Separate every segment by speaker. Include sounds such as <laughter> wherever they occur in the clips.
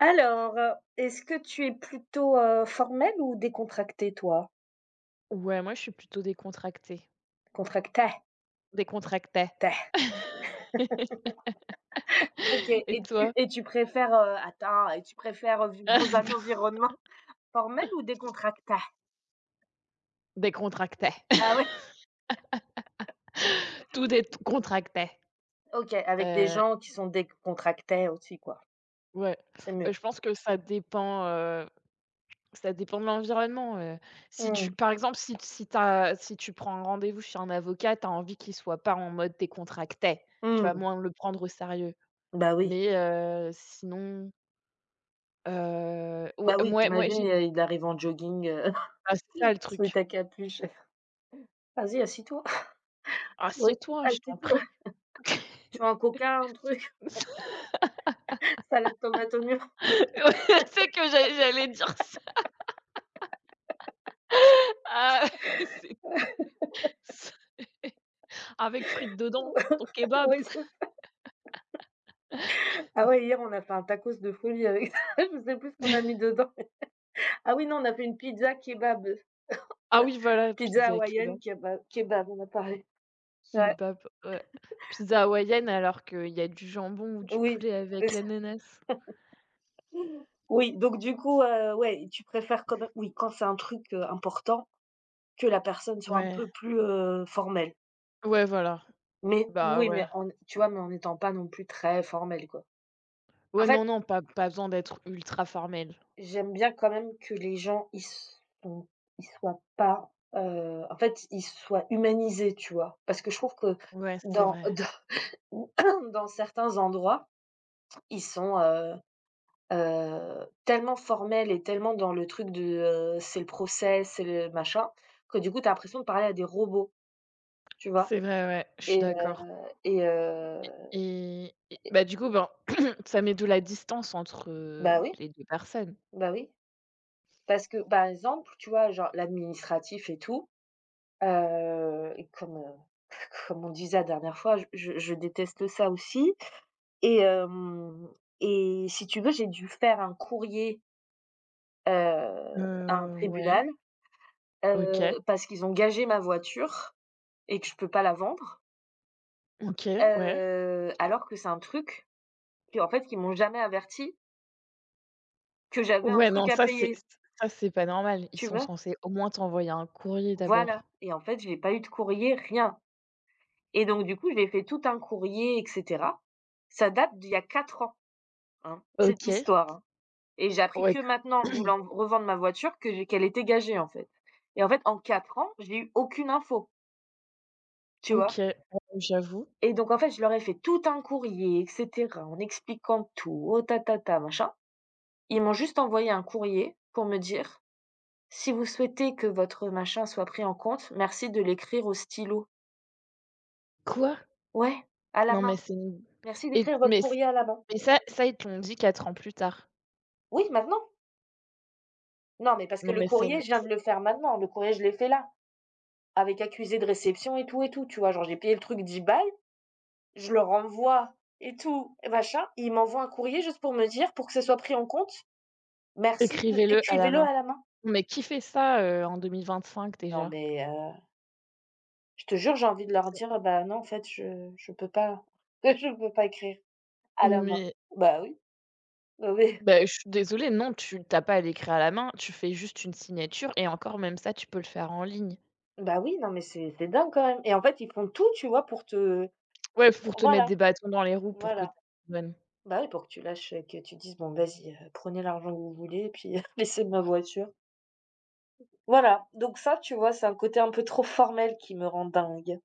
Speaker 1: Alors, est-ce que tu es plutôt, formel ou décontracté toi?
Speaker 2: Ouais, moi je suis plutôt décontractée,
Speaker 1: Contracté,
Speaker 2: décontractée.
Speaker 1: té.
Speaker 2: <laughs>
Speaker 1: OK,
Speaker 2: Et
Speaker 1: et
Speaker 2: toi?
Speaker 1: tu et tu préfères, attends et tu préfères, vivre dans un
Speaker 2: <laughs>
Speaker 1: environnement formel ou décontracté?
Speaker 2: Décontractée. <laughs>
Speaker 1: Ah ouais?
Speaker 2: Tout décontracté,
Speaker 1: OK, avec des
Speaker 2: heu,
Speaker 1: gens qui sont décontractés aussi quoi,
Speaker 2: ouais,
Speaker 1: c'est
Speaker 2: bah,
Speaker 1: mieux.
Speaker 2: je pense que ça dépend de l'environnement, si tu
Speaker 1: Hmm.
Speaker 2: par exemple, si si t'as, si tu prends un rendez-vous chez un avocat, tu as envie qu'il soit pas en mode décontracté, tu vas
Speaker 1: Mmh.
Speaker 2: moins le prendre au sérieux,
Speaker 1: Bah oui.
Speaker 2: mais sinon, ou
Speaker 1: Bah oui,
Speaker 2: mouais, moi
Speaker 1: T'imagines
Speaker 2: j'ai
Speaker 1: imagines, il arrive en jogging,
Speaker 2: ah, c'est ça le
Speaker 1: <laughs> sous
Speaker 2: truc.
Speaker 1: ta capuche. Vas-y, assis-toi. Oui,
Speaker 2: Assieds-toi, je
Speaker 1: assis
Speaker 2: t'en
Speaker 1: toi.
Speaker 2: prie. <laughs>
Speaker 1: Tu veux un coca, un truc, <laughs> salade tomate oignon?
Speaker 2: Je sais que j'allais dire ça. Ah, <laughs> c'est avec frites dedans, ton
Speaker 1: <laughs>
Speaker 2: kebab.
Speaker 1: Oui. Ah ouais, hier, on a fait un tacos de folie avec ça. <laughs> Je sais plus ce qu'on a mis
Speaker 2: <laughs>
Speaker 1: dedans. Ah oui, non, on a fait une pizza kebab,
Speaker 2: Ah
Speaker 1: la
Speaker 2: oui, voilà,
Speaker 1: pizza
Speaker 2: pizza kebab.
Speaker 1: hawaïenne kebab, on a parlé. Ouais,
Speaker 2: Kebab, ouais. Pizza hawaïenne alors qu'il y a du jambon ou du
Speaker 1: oui, <laughs>
Speaker 2: poulet avec l'ananas.
Speaker 1: oui, donc du coup, ouais, tu préfères quand même oui, quand c'est un truc, important, que la personne soit un
Speaker 2: Ouais,
Speaker 1: peu plus, formelle.
Speaker 2: ouais, voilà.
Speaker 1: Mais
Speaker 2: Bah,
Speaker 1: oui,
Speaker 2: ouais.
Speaker 1: mais en tu vois, mais en n'étant pas non plus très formelle, quoi.
Speaker 2: Ouais,
Speaker 1: En
Speaker 2: non,
Speaker 1: fait,
Speaker 2: non, pas besoin d'être ultra formel.
Speaker 1: j'aime bien quand même que les gens ils soient pas, en fait, ils soient humanisés, tu vois? Parce que je trouve que
Speaker 2: Ouais, c'est
Speaker 1: dans
Speaker 2: vrai.
Speaker 1: <laughs> dans certains endroits, ils sont, tellement formels et tellement dans le truc de, c'est le procès, c'est le machin, que du coup, tu as l'impression de parler à des robots, tu vois?
Speaker 2: C'est vrai, ouais, je suis
Speaker 1: Et
Speaker 2: d'accord
Speaker 1: heu et heu,
Speaker 2: et bah, du coup, ben, <clears throat> ça met de la distance entre,
Speaker 1: bah, oui,
Speaker 2: les 2 personnes.
Speaker 1: bah, oui. Parce que, par exemple, tu vois, genre l'administratif et tout. Et comme, <laughs> comme on disait la dernière fois, je déteste ça aussi. Et hem et si tu veux, j'ai dû faire un courrier, heu, à un
Speaker 2: Ouais,
Speaker 1: tribunal,
Speaker 2: OK,
Speaker 1: parce qu'ils ont gagé ma voiture et que je peux pas la vendre,
Speaker 2: OK, ouais.
Speaker 1: alors que c'est un truc qui, en fait, ils m'ont jamais averti que j'avais un
Speaker 2: Ouais,
Speaker 1: truc
Speaker 2: non,
Speaker 1: à
Speaker 2: ça, c'est
Speaker 1: payer,
Speaker 2: ç ça, c'est pas normal. Ils
Speaker 1: tu
Speaker 2: sont
Speaker 1: vois?
Speaker 2: censés au moins t'envoyer un courrier d'abord.
Speaker 1: Voilà. Et en fait, j'ai pas eu de courrier, rien, et donc du coup, j'ai fait tout un courrier et cetera. Ça date d'il y a 4 ans. Hein, cette
Speaker 2: OK,
Speaker 1: histoire, hein. Et j'ai appris
Speaker 2: ouais,
Speaker 1: que maintenant, en
Speaker 2: c <clears throat>
Speaker 1: voulant revendre ma voiture que j'ai qu'elle était gagée, en fait. Et en fait, en 4 ans, j'ai eu aucune info, tu vois?
Speaker 2: OK, ouais, j'avoue.
Speaker 1: Et donc en fait, je leur ai fait tout un courrier et cetera, en expliquant tout, oh ta machin. Ils m'ont juste envoyé un courrier pour me dire: «Si vous souhaitez que votre machin soit pris en compte, merci de l'écrire au stylo».
Speaker 2: Quoi?
Speaker 1: Ouais, à la
Speaker 2: Non, mais
Speaker 1: main.
Speaker 2: c'est une
Speaker 1: «Merci
Speaker 2: et t
Speaker 1: d'écrire votre
Speaker 2: mais c
Speaker 1: courrier à la main».
Speaker 2: mais ça, ils te l'ont dit 4 ans plus tard.
Speaker 1: Oui, maintenant. Non, mais parce que
Speaker 2: Non,
Speaker 1: le
Speaker 2: mais c'est
Speaker 1: courrier,
Speaker 2: une
Speaker 1: je viens
Speaker 2: c
Speaker 1: de le faire maintenant, le courrier, je l'ai fait là. Avec accusé de réception et tout, tu vois? Genre j'ai payé le truc 10 balles, je le renvoie et tout et machin, il m'envoie un courrier juste pour me dire: «Pour que ce soit pris en compte, merci de
Speaker 2: écrivez-le à la
Speaker 1: écrivez-le
Speaker 2: main.
Speaker 1: à la main».
Speaker 2: Mais qui fait ça, en 2025
Speaker 1: Non
Speaker 2: déjà?
Speaker 1: mais, je te jure, j'ai envie de leur
Speaker 2: C'est
Speaker 1: dire: «Bah non, en fait, je peux pas <laughs> je peux pas écrire à la main».
Speaker 2: Mais
Speaker 1: Bah oui, bah oui,
Speaker 2: bah, je suis désolée, non, tu tu as pas à l'écrire à la main, tu fais juste une signature et encore même ça, tu peux le faire en ligne.
Speaker 1: <laughs> bah oui, non mais c'est dingue quand même, et en fait, ils font tout, tu vois, pour te
Speaker 2: Ouais, pour te mettre
Speaker 1: voilà,
Speaker 2: des bâtons dans les roues pour que tu
Speaker 1: voilà. Bah oui, pour que tu lâches, que tu dises: «Bon vas-y, prenez l'argent que vous voulez et puis <laughs> laissez ma voiture». Voilà, donc ça, tu vois, c'est un côté un peu trop formel qui me rend dingue,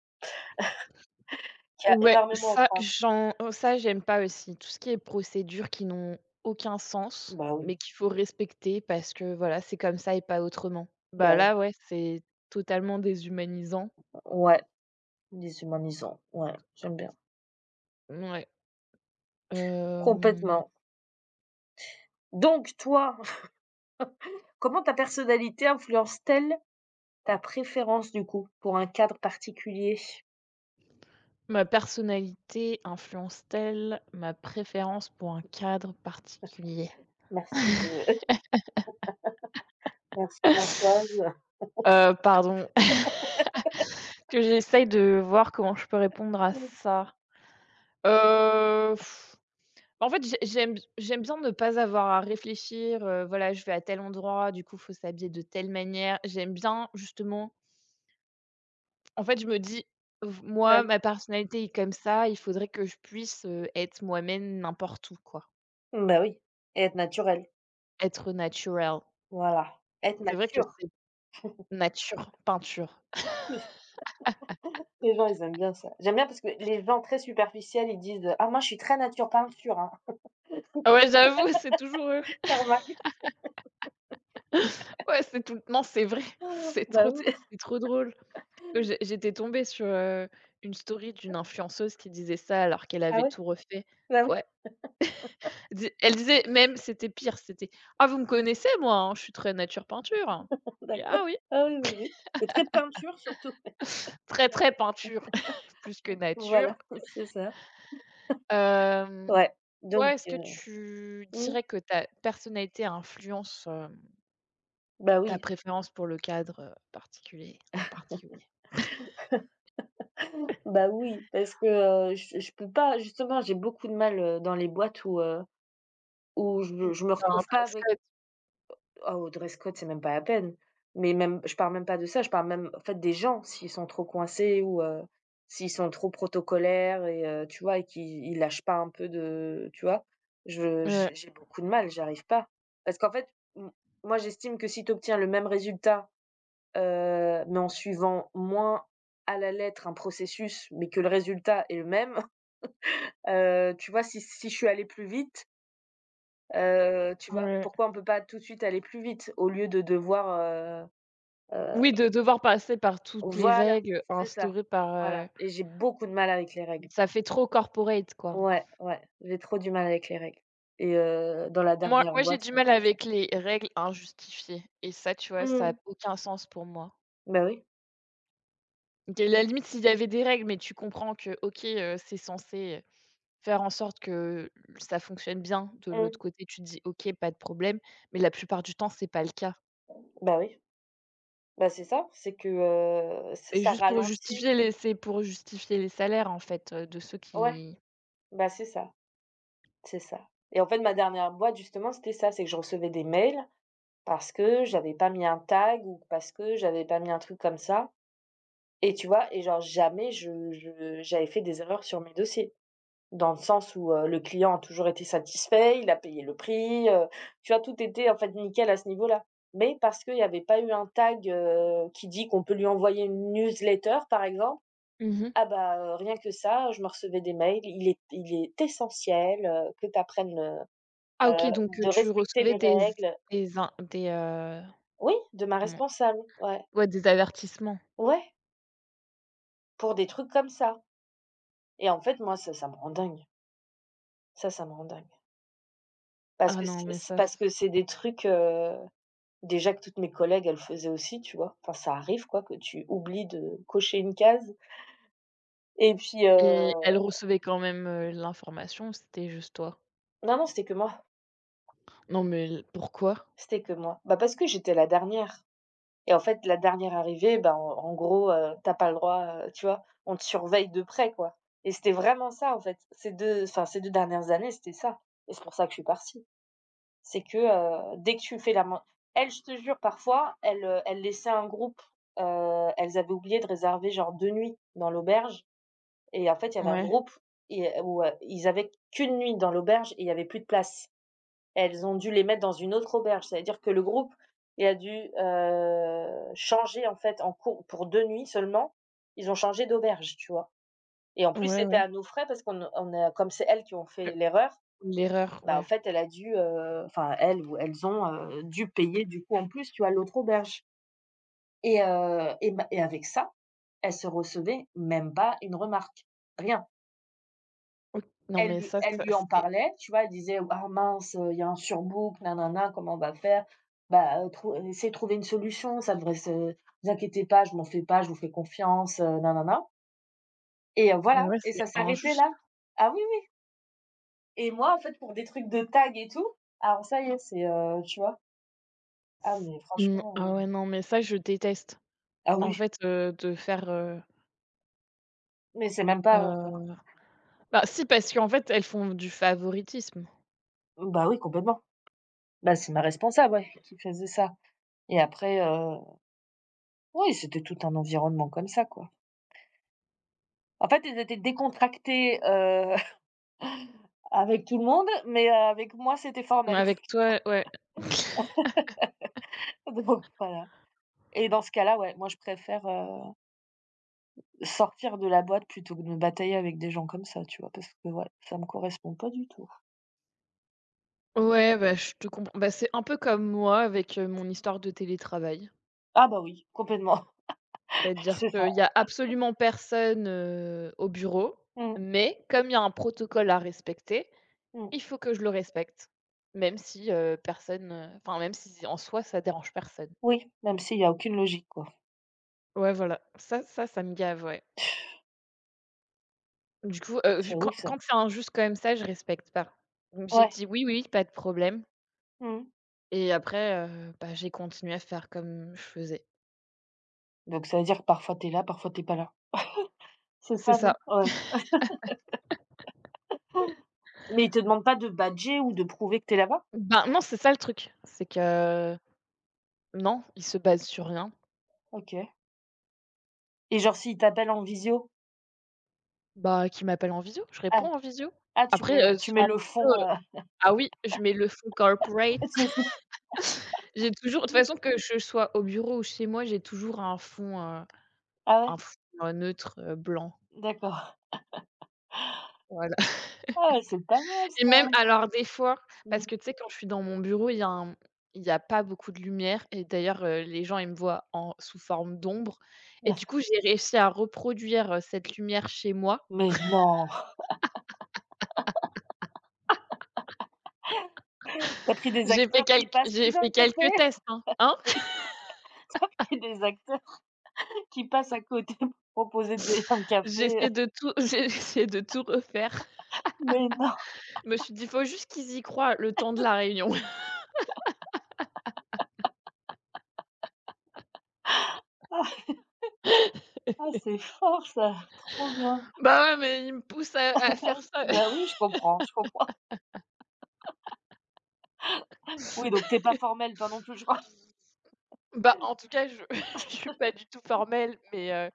Speaker 1: qu'il y a
Speaker 2: Ouais,
Speaker 1: énormément en
Speaker 2: ça
Speaker 1: France.
Speaker 2: j'en oh, ça j'aime pas aussi. Tout ce qui est procédures qui n'ont aucun sens,
Speaker 1: Bah
Speaker 2: mais
Speaker 1: oui,
Speaker 2: qu'il faut respecter parce que voilà, c'est comme ça et pas autrement. Bah,
Speaker 1: bah oui,
Speaker 2: là, ouais, c'est totalement déshumanisant.
Speaker 1: ouais, déshumanisant, ouais, j'aime bien.
Speaker 2: Ouais. Hem,
Speaker 1: Complètement. Donc toi, <laughs> comment ta personnalité influence-t-elle ta préférence, du coup, pour un cadre particulier?
Speaker 2: ma personnalité influence-t-elle ma préférence pour un cadre particulier?
Speaker 1: Merci de <laughs> merci Françoise.
Speaker 2: Pardon, <laughs> que j'essaye de voir comment je peux répondre à ça. Heu En fait, j'aime bien ne pas avoir à réfléchir, voilà, je vais à tel endroit, du coup, faut s'habiller de telle manière. J'aime bien justement en fait, je me dis: «V Moi,
Speaker 1: Ouais,
Speaker 2: ma personnalité est comme ça, il faudrait que je puisse, être moi-même n'importe où, quoi.
Speaker 1: bah oui, et être naturel,
Speaker 2: Être naturel».
Speaker 1: voilà, être
Speaker 2: C'est vrai que
Speaker 1: nature.
Speaker 2: c'est nature, peinture.
Speaker 1: Oui, les gens, ils aiment bien ça. J'aime bien parce que les gens très superficiels, ils disent: «Ah moi, je suis très nature peinture, hein».
Speaker 2: Ah ouais, j'avoue, <laughs> c'est toujours, <laughs>
Speaker 1: <laughs>
Speaker 2: ouais, c'est tout non, c'est vrai, <laughs> c'est
Speaker 1: Bah
Speaker 2: trop
Speaker 1: oui. <laughs>
Speaker 2: c'est trop drôle. Que j'étais tombée sur, une story d'une influenceuse qui disait ça alors qu'elle
Speaker 1: Ah
Speaker 2: avait
Speaker 1: ouais?
Speaker 2: tout refait.
Speaker 1: Bah oui,
Speaker 2: Ouais.
Speaker 1: <laughs>
Speaker 2: Di Elle disait même c'était pire, c'était: «Ah vous me connaissez moi, hein, je suis très nature peinture, hein». Je «Ah
Speaker 1: d'accord.
Speaker 2: oui».
Speaker 1: Ah oui, oui, oui, et très peinture surtout. <laughs>
Speaker 2: Très, très peinture <laughs> plus que nature.
Speaker 1: Voilà, <laughs> c'est ça.
Speaker 2: Hem,
Speaker 1: Ouais,
Speaker 2: toi,
Speaker 1: donc
Speaker 2: est-ce que tu
Speaker 1: mmh,
Speaker 2: dirais que ta personnalité influence,
Speaker 1: bah
Speaker 2: ta
Speaker 1: oui,
Speaker 2: préférence pour le cadre, particulier en particulier?
Speaker 1: bah oui, parce que, je peux pas justement, j'ai beaucoup de mal, dans les boîtes où, où je me
Speaker 2: Dans un
Speaker 1: retrouve pas
Speaker 2: dress
Speaker 1: avec.
Speaker 2: code.
Speaker 1: Oh, dress code, c'est même pas la peine. Mais même je parle même pas de ça, je parle même en fait des gens, s'ils sont trop coincés ou s'ils sont trop protocolaires et tu vois? Et qu'ils lâchent pas un peu de tu vois? Je
Speaker 2: Ouais,
Speaker 1: j'ai beaucoup de mal, j'arrive pas. Parce qu'en fait, m moi j'estime que si tu obtiens le même résultat, mais en suivant moins à la lettre un processus, mais que le résultat est le même, <laughs> tu vois? Si je suis allée plus vite, tu vois?
Speaker 2: ouais.
Speaker 1: Pourquoi on peut pas tout de suite aller plus vite? Au lieu de devoir, Heu,
Speaker 2: Oui, de devoir passer par toutes les
Speaker 1: voilà,
Speaker 2: règles
Speaker 1: c'est ça.
Speaker 2: instaurées par,
Speaker 1: Voilà, et j'ai beaucoup de mal avec les règles,
Speaker 2: ça
Speaker 1: moi.
Speaker 2: fait trop corporate, quoi.
Speaker 1: Ouais, ouais, j'ai trop du mal avec les règles, et dans la
Speaker 2: Moi
Speaker 1: dernière
Speaker 2: moi, j'ai
Speaker 1: boîte,
Speaker 2: du
Speaker 1: ouais,
Speaker 2: mal
Speaker 1: c'est ça.
Speaker 2: avec les règles injustifiées et ça, tu vois, ça a
Speaker 1: Mmh.
Speaker 2: aucun sens pour moi.
Speaker 1: Bah, oui.
Speaker 2: OK, la limite, s'il y avait des règles, mais tu comprends que, OK, c'est censé faire en sorte que ça fonctionne bien de l'autre
Speaker 1: Mmh.
Speaker 2: côté, tu te dis: «OK, pas de problème», mais la plupart du temps, c'est pas le cas
Speaker 1: Bah, oui. Bah, c'est ça, c'est que, ç
Speaker 2: et
Speaker 1: ça
Speaker 2: juste pour
Speaker 1: ralentit.
Speaker 2: justifier les c'est pour justifier les salaires, en fait, de ceux
Speaker 1: Ouais,
Speaker 2: qui
Speaker 1: bah, c'est ça, c'est ça, et en fait, ma dernière boîte, justement, c'était ça, c'est que je recevais des mails parce que j'avais pas mis un tag ou parce que j'avais pas mis un truc comme ça, et tu vois? Et genre jamais je je j'avais fait des erreurs sur mes dossiers. Dans le sens où, le client a toujours été satisfait, il a payé le prix, tu vois? Tout était en fait nickel à ce niveau-là. Mais parce qu'il n'y avait pas eu un tag, qui dit qu'on peut lui envoyer une newsletter par exemple,
Speaker 2: mmh.
Speaker 1: ah bah, rien que ça, je me recevais des mails, il est essentiel, que tu apprennes,
Speaker 2: Ah, OK, donc
Speaker 1: de
Speaker 2: tu
Speaker 1: respecter
Speaker 2: recevais
Speaker 1: les
Speaker 2: des
Speaker 1: règles.
Speaker 2: des in des, heu,
Speaker 1: Oui, de ma
Speaker 2: comment,
Speaker 1: responsable, ouais.
Speaker 2: ouais, des avertissements?
Speaker 1: Ouais, pour des trucs comme ça. Et en fait, moi ça ça me rend dingue. Ça me rend dingue. Parce
Speaker 2: Ah
Speaker 1: que
Speaker 2: non,
Speaker 1: c'est
Speaker 2: mais
Speaker 1: c'est
Speaker 2: ça,
Speaker 1: parce que c'est des trucs. Déjà que toutes mes collègues, elles le faisaient aussi, tu vois? Enfin, ça arrive quoi que tu oublies de cocher une case et puis,
Speaker 2: et elle recevait quand même, l'information, c'était juste toi?
Speaker 1: non, non, c'était que moi,
Speaker 2: Non, mais l pourquoi?
Speaker 1: c'était que moi. Bah, parce que j'étais la dernière, et en fait, la dernière arrivée, bah, en gros, tu as pas le droit, tu vois? On te surveille de près, quoi, et c'était vraiment ça, en fait. Ces 2, enfin, ces 2 dernières années, c'était ça, et c'est pour ça que je suis partie. C'est que, dès que tu fais la main, elles, je te jure, parfois, elles, elles laissaient un groupe, elles avaient oublié de réserver genre 2 nuits dans l'auberge. Et en fait, il y avait un
Speaker 2: Ouais,
Speaker 1: groupe, et où, ils avaient qu'une nuit dans l'auberge et il y avait plus de place. Elles ont dû les mettre dans une autre auberge. C'est à dire que le groupe, il a dû, changer en fait en cours pour 2 nuits seulement, ils ont changé d'auberge, tu vois? Et en plus,
Speaker 2: ouais,
Speaker 1: c'était
Speaker 2: ouais.
Speaker 1: à nos frais parce qu'on a comme c'est elles qui ont
Speaker 2: Heu,
Speaker 1: fait l'erreur,
Speaker 2: l'erreur,
Speaker 1: bah, en
Speaker 2: ouais.
Speaker 1: fait, elle a dû, enfin elles ou elles ont, dû payer du coup en plus, tu vois, l'autre auberge. Et bah et avec ça, elles se recevaient même pas une remarque, rien.
Speaker 2: O non,
Speaker 1: elle
Speaker 2: mais
Speaker 1: lui
Speaker 2: ça
Speaker 1: elle
Speaker 2: ça
Speaker 1: lui en
Speaker 2: c'est
Speaker 1: parlait, tu vois? Elle disait: «Ah mince, il y a un surbook, nanana, comment on va faire?» «Bah, trou essayez de trouver une solution, ça devrait se vous inquiétez pas, je m'en fais pas, je vous fais confiance, nanana». Et
Speaker 2: ouais,
Speaker 1: voilà,
Speaker 2: ouais,
Speaker 1: et
Speaker 2: c'est
Speaker 1: ça s'arrêtait
Speaker 2: injuste.
Speaker 1: là. Ah oui, oui, et moi, en fait, pour des trucs de tag et tout, alors ça y est, c'est, tu vois? Ah
Speaker 2: C
Speaker 1: mais
Speaker 2: mmh,
Speaker 1: franchement,
Speaker 2: ah ouais, non, mais ça, je déteste.
Speaker 1: ah
Speaker 2: En
Speaker 1: oui,
Speaker 2: fait, de faire,
Speaker 1: mais c'est même pas,
Speaker 2: heu bah, si, parce qu'en fait, elles font du favoritisme.
Speaker 1: bah, oui, complètement. Bah, c'est ma responsable, ouais, qui faisait ça, et après, oui, c'était tout un environnement comme ça, quoi. En fait, ils étaient décontractés, <laughs> avec tout le monde, mais, avec moi, c'était
Speaker 2: Mais
Speaker 1: formel, quoi.
Speaker 2: avec toi, ouais.
Speaker 1: <laughs> Donc voilà, et dans ce cas-là, ouais, moi, je préfère, sortir de la boîte plutôt que de me batailler avec des gens comme ça, tu vois? Parce que ouais, ça me correspond pas du tout.
Speaker 2: Ouais, bah, je te comprends. Bah, c'est un peu comme moi avec, mon histoire de télétravail.
Speaker 1: Ah bah oui, complètement, <laughs>
Speaker 2: C'est-à-dire
Speaker 1: c'est ça.
Speaker 2: qu'il y a absolument personne, au bureau,
Speaker 1: Mmh,
Speaker 2: mais comme il y a un protocole à respecter,
Speaker 1: mmh.
Speaker 2: il faut que je le respecte, même si, personne, enfin même si en soi ça dérange personne.
Speaker 1: Oui, même s'il y a aucune logique, quoi.
Speaker 2: Ouais, voilà, ça me gave, ouais.
Speaker 1: <laughs>
Speaker 2: Du coup,
Speaker 1: C'est
Speaker 2: je quand
Speaker 1: ouf ça.
Speaker 2: quand c'est injuste comme ça, je respecte pas. Donc j'ai
Speaker 1: Ouais,
Speaker 2: dit: «Oui, oui, pas de problème»
Speaker 1: mmh.
Speaker 2: et après, bah, j'ai continué à faire comme je faisais.
Speaker 1: Donc ça veut dire que parfois t'es là, parfois t'es pas là. C'est
Speaker 2: C'est
Speaker 1: ça, non?
Speaker 2: ça.
Speaker 1: Ouais. Mais ils te demandent pas de badger ou de prouver que t'es là-bas?
Speaker 2: Ben, non, c'est ça le truc, c'est que non, il se base sur rien.
Speaker 1: OK, et genre s'ils t'appellent en visio?
Speaker 2: Bah, qui m'appelle en visio, je
Speaker 1: Ah.
Speaker 2: réponds en visio.
Speaker 1: Ah tu
Speaker 2: Après,
Speaker 1: mets tu mets
Speaker 2: en
Speaker 1: le fond,
Speaker 2: visio, ah oui, je mets le full corporate.
Speaker 1: <laughs> <unintelligible>
Speaker 2: J'ai toujours de toute façon, que je sois au bureau ou chez moi, j'ai toujours un fond, heu,
Speaker 1: ah ouais?
Speaker 2: un fond, neutre, blanc.
Speaker 1: D'accord.
Speaker 2: Voilà <laughs>
Speaker 1: Ah ouais, c'est pas mal
Speaker 2: et même
Speaker 1: ça.
Speaker 2: alors des fois, parce
Speaker 1: Mmh.
Speaker 2: que tu sais, quand je suis dans mon bureau, il y a pas beaucoup de lumière et d'ailleurs, les gens, ils me voient en sous forme d'ombre et du coup,
Speaker 1: <laughs>
Speaker 2: j'ai réussi à reproduire, cette lumière chez moi.
Speaker 1: Mais non! Tu as pris des acteurs qui passent
Speaker 2: J'ai
Speaker 1: «Tu veux
Speaker 2: fait
Speaker 1: un café?»
Speaker 2: quelques tests,
Speaker 1: <laughs>
Speaker 2: hein, hein?
Speaker 1: Oui, tu as pris des acteurs <laughs> qui passent à côté pour proposer des un
Speaker 2: J'ai
Speaker 1: café,
Speaker 2: essayé de tout <laughs> j'ai essayé de tout refaire.
Speaker 1: mais non!
Speaker 2: Je me suis dit: il «Faut juste qu'ils y croient le temps de la réunion». <laughs>
Speaker 1: Ah ah, c'est fort ça, trop bien.
Speaker 2: Bah, ouais, mais ils me poussent à faire ça.
Speaker 1: Bah oui, je comprends, je comprends. Oui, donc tu es pas formelle toi non plus, je crois?
Speaker 2: Bah, en tout cas, je <laughs> je suis pas du tout formelle, mais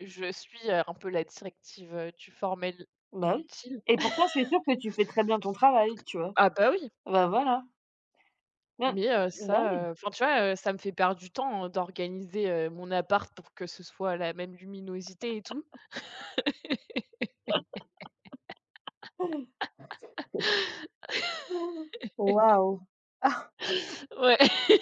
Speaker 2: je suis, un peu la directive, du formel
Speaker 1: Bah oui,
Speaker 2: inutile.
Speaker 1: et pourtant je suis sûre que tu fais très bien ton travail, tu vois?
Speaker 2: Ah bah, oui,
Speaker 1: Bah voilà. Bien.
Speaker 2: mais
Speaker 1: Bah oui.
Speaker 2: ça, enfin, tu vois, ça me fait perdre du temps, hein, d'organiser, mon appart pour que ce soit la même luminosité et tout.
Speaker 1: Waouh!
Speaker 2: Ouais, <laughs>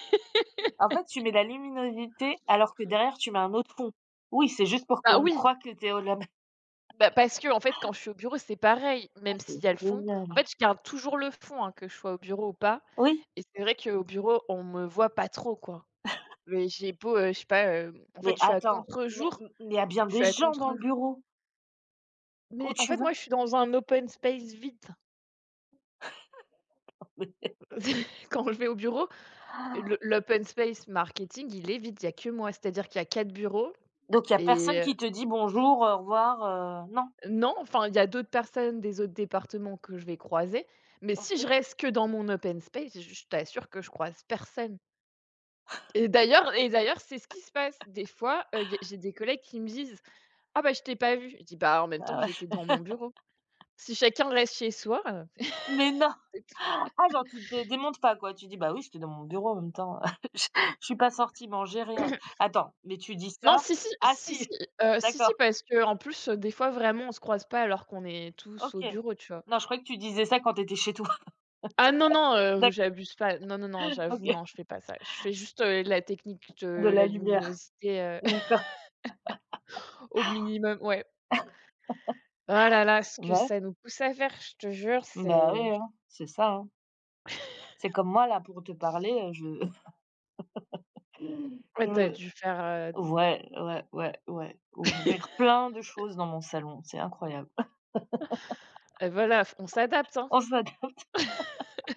Speaker 1: En fait, tu mets la luminosité alors que derrière tu mets un autre fond. Oui, c'est juste pour
Speaker 2: bah,
Speaker 1: qu'on
Speaker 2: oui,
Speaker 1: croie que tu es au lab. <laughs>
Speaker 2: bah, parce que en fait, quand je suis au bureau, c'est pareil,
Speaker 1: Ah
Speaker 2: même
Speaker 1: c'est
Speaker 2: s'il y a le fond.
Speaker 1: génial.
Speaker 2: En fait, je garde toujours le fond, hein, que je sois au bureau ou pas
Speaker 1: Oui,
Speaker 2: et c'est vrai qu'au bureau, on me voit pas trop, quoi, mais j'ai beau, je sais pas, en
Speaker 1: mais
Speaker 2: fait, je suis à
Speaker 1: attends, mais
Speaker 2: contre-jour.
Speaker 1: mais il y a bien
Speaker 2: Je
Speaker 1: des
Speaker 2: suis à
Speaker 1: gens
Speaker 2: contre
Speaker 1: dans le bureau où
Speaker 2: Mais en
Speaker 1: tu
Speaker 2: fait, moi,
Speaker 1: vas.
Speaker 2: je suis dans un open space vide.
Speaker 1: <laughs>
Speaker 2: <laughs> Quand je vais au bureau, le l'open space marketing, il est vide, il n'y a que moi. C'est-à-dire qu'il y a 4 bureaux
Speaker 1: Donc il y a
Speaker 2: et
Speaker 1: personne qui te dit: «Bonjour, au revoir», non?
Speaker 2: non, enfin, il y a d'autres personnes des autres départements que je vais croiser, mais si je
Speaker 1: OK,
Speaker 2: reste que dans mon open space, je t'assure que je croise personne et d'ailleurs, c'est ce qui se passe. Des fois, y a j'ai des collègues qui me disent: «Ah bah, je t'ai pas vu». Je dis: «Bah, en même temps,
Speaker 1: bah,
Speaker 2: j'étais
Speaker 1: ouais.
Speaker 2: dans mon bureau». Si chacun reste chez soi,
Speaker 1: <laughs> Mais non! Ah genre tu te démontes pas quoi, tu dis: «Bah oui, j'étais dans mon bureau en même temps, <laughs> je je suis pas sortie manger, rien».
Speaker 2: <laughs>
Speaker 1: Attends, mais tu dis
Speaker 2: non,
Speaker 1: ça,
Speaker 2: si, si,
Speaker 1: ah
Speaker 2: si, si,
Speaker 1: si?
Speaker 2: si, si,
Speaker 1: D'accord,
Speaker 2: parce qu'en plus, des fois, vraiment, on se croise pas alors qu'on est tous au
Speaker 1: OK.
Speaker 2: bureau, tu vois?
Speaker 1: Non, je croyais que tu disais ça quand t'étais chez toi. <laughs>
Speaker 2: Ah non, non,
Speaker 1: D'accord,
Speaker 2: j'abuse pas. Non, non, non, j'avoue,
Speaker 1: OK.
Speaker 2: non, je fais pas ça. Je fais juste, la technique
Speaker 1: De
Speaker 2: de
Speaker 1: la
Speaker 2: la
Speaker 1: lumière.
Speaker 2: luminosité, <laughs>
Speaker 1: D'accord.
Speaker 2: au minimum, ouais. Ah là là, ce que
Speaker 1: Ouais,
Speaker 2: ça nous pousse à faire, je te jure,
Speaker 1: bah,
Speaker 2: c'est
Speaker 1: ouais, hein, c'est ça, hein. C'est comme moi là pour te parler, je <laughs>
Speaker 2: ouais, t'as
Speaker 1: je
Speaker 2: dû faire,
Speaker 1: ouais, ouais, ouais, ouais, ouvrir plein de choses dans mon salon, c'est incroyable. <laughs>
Speaker 2: voilà, on s'adapte, hein.
Speaker 1: Enfin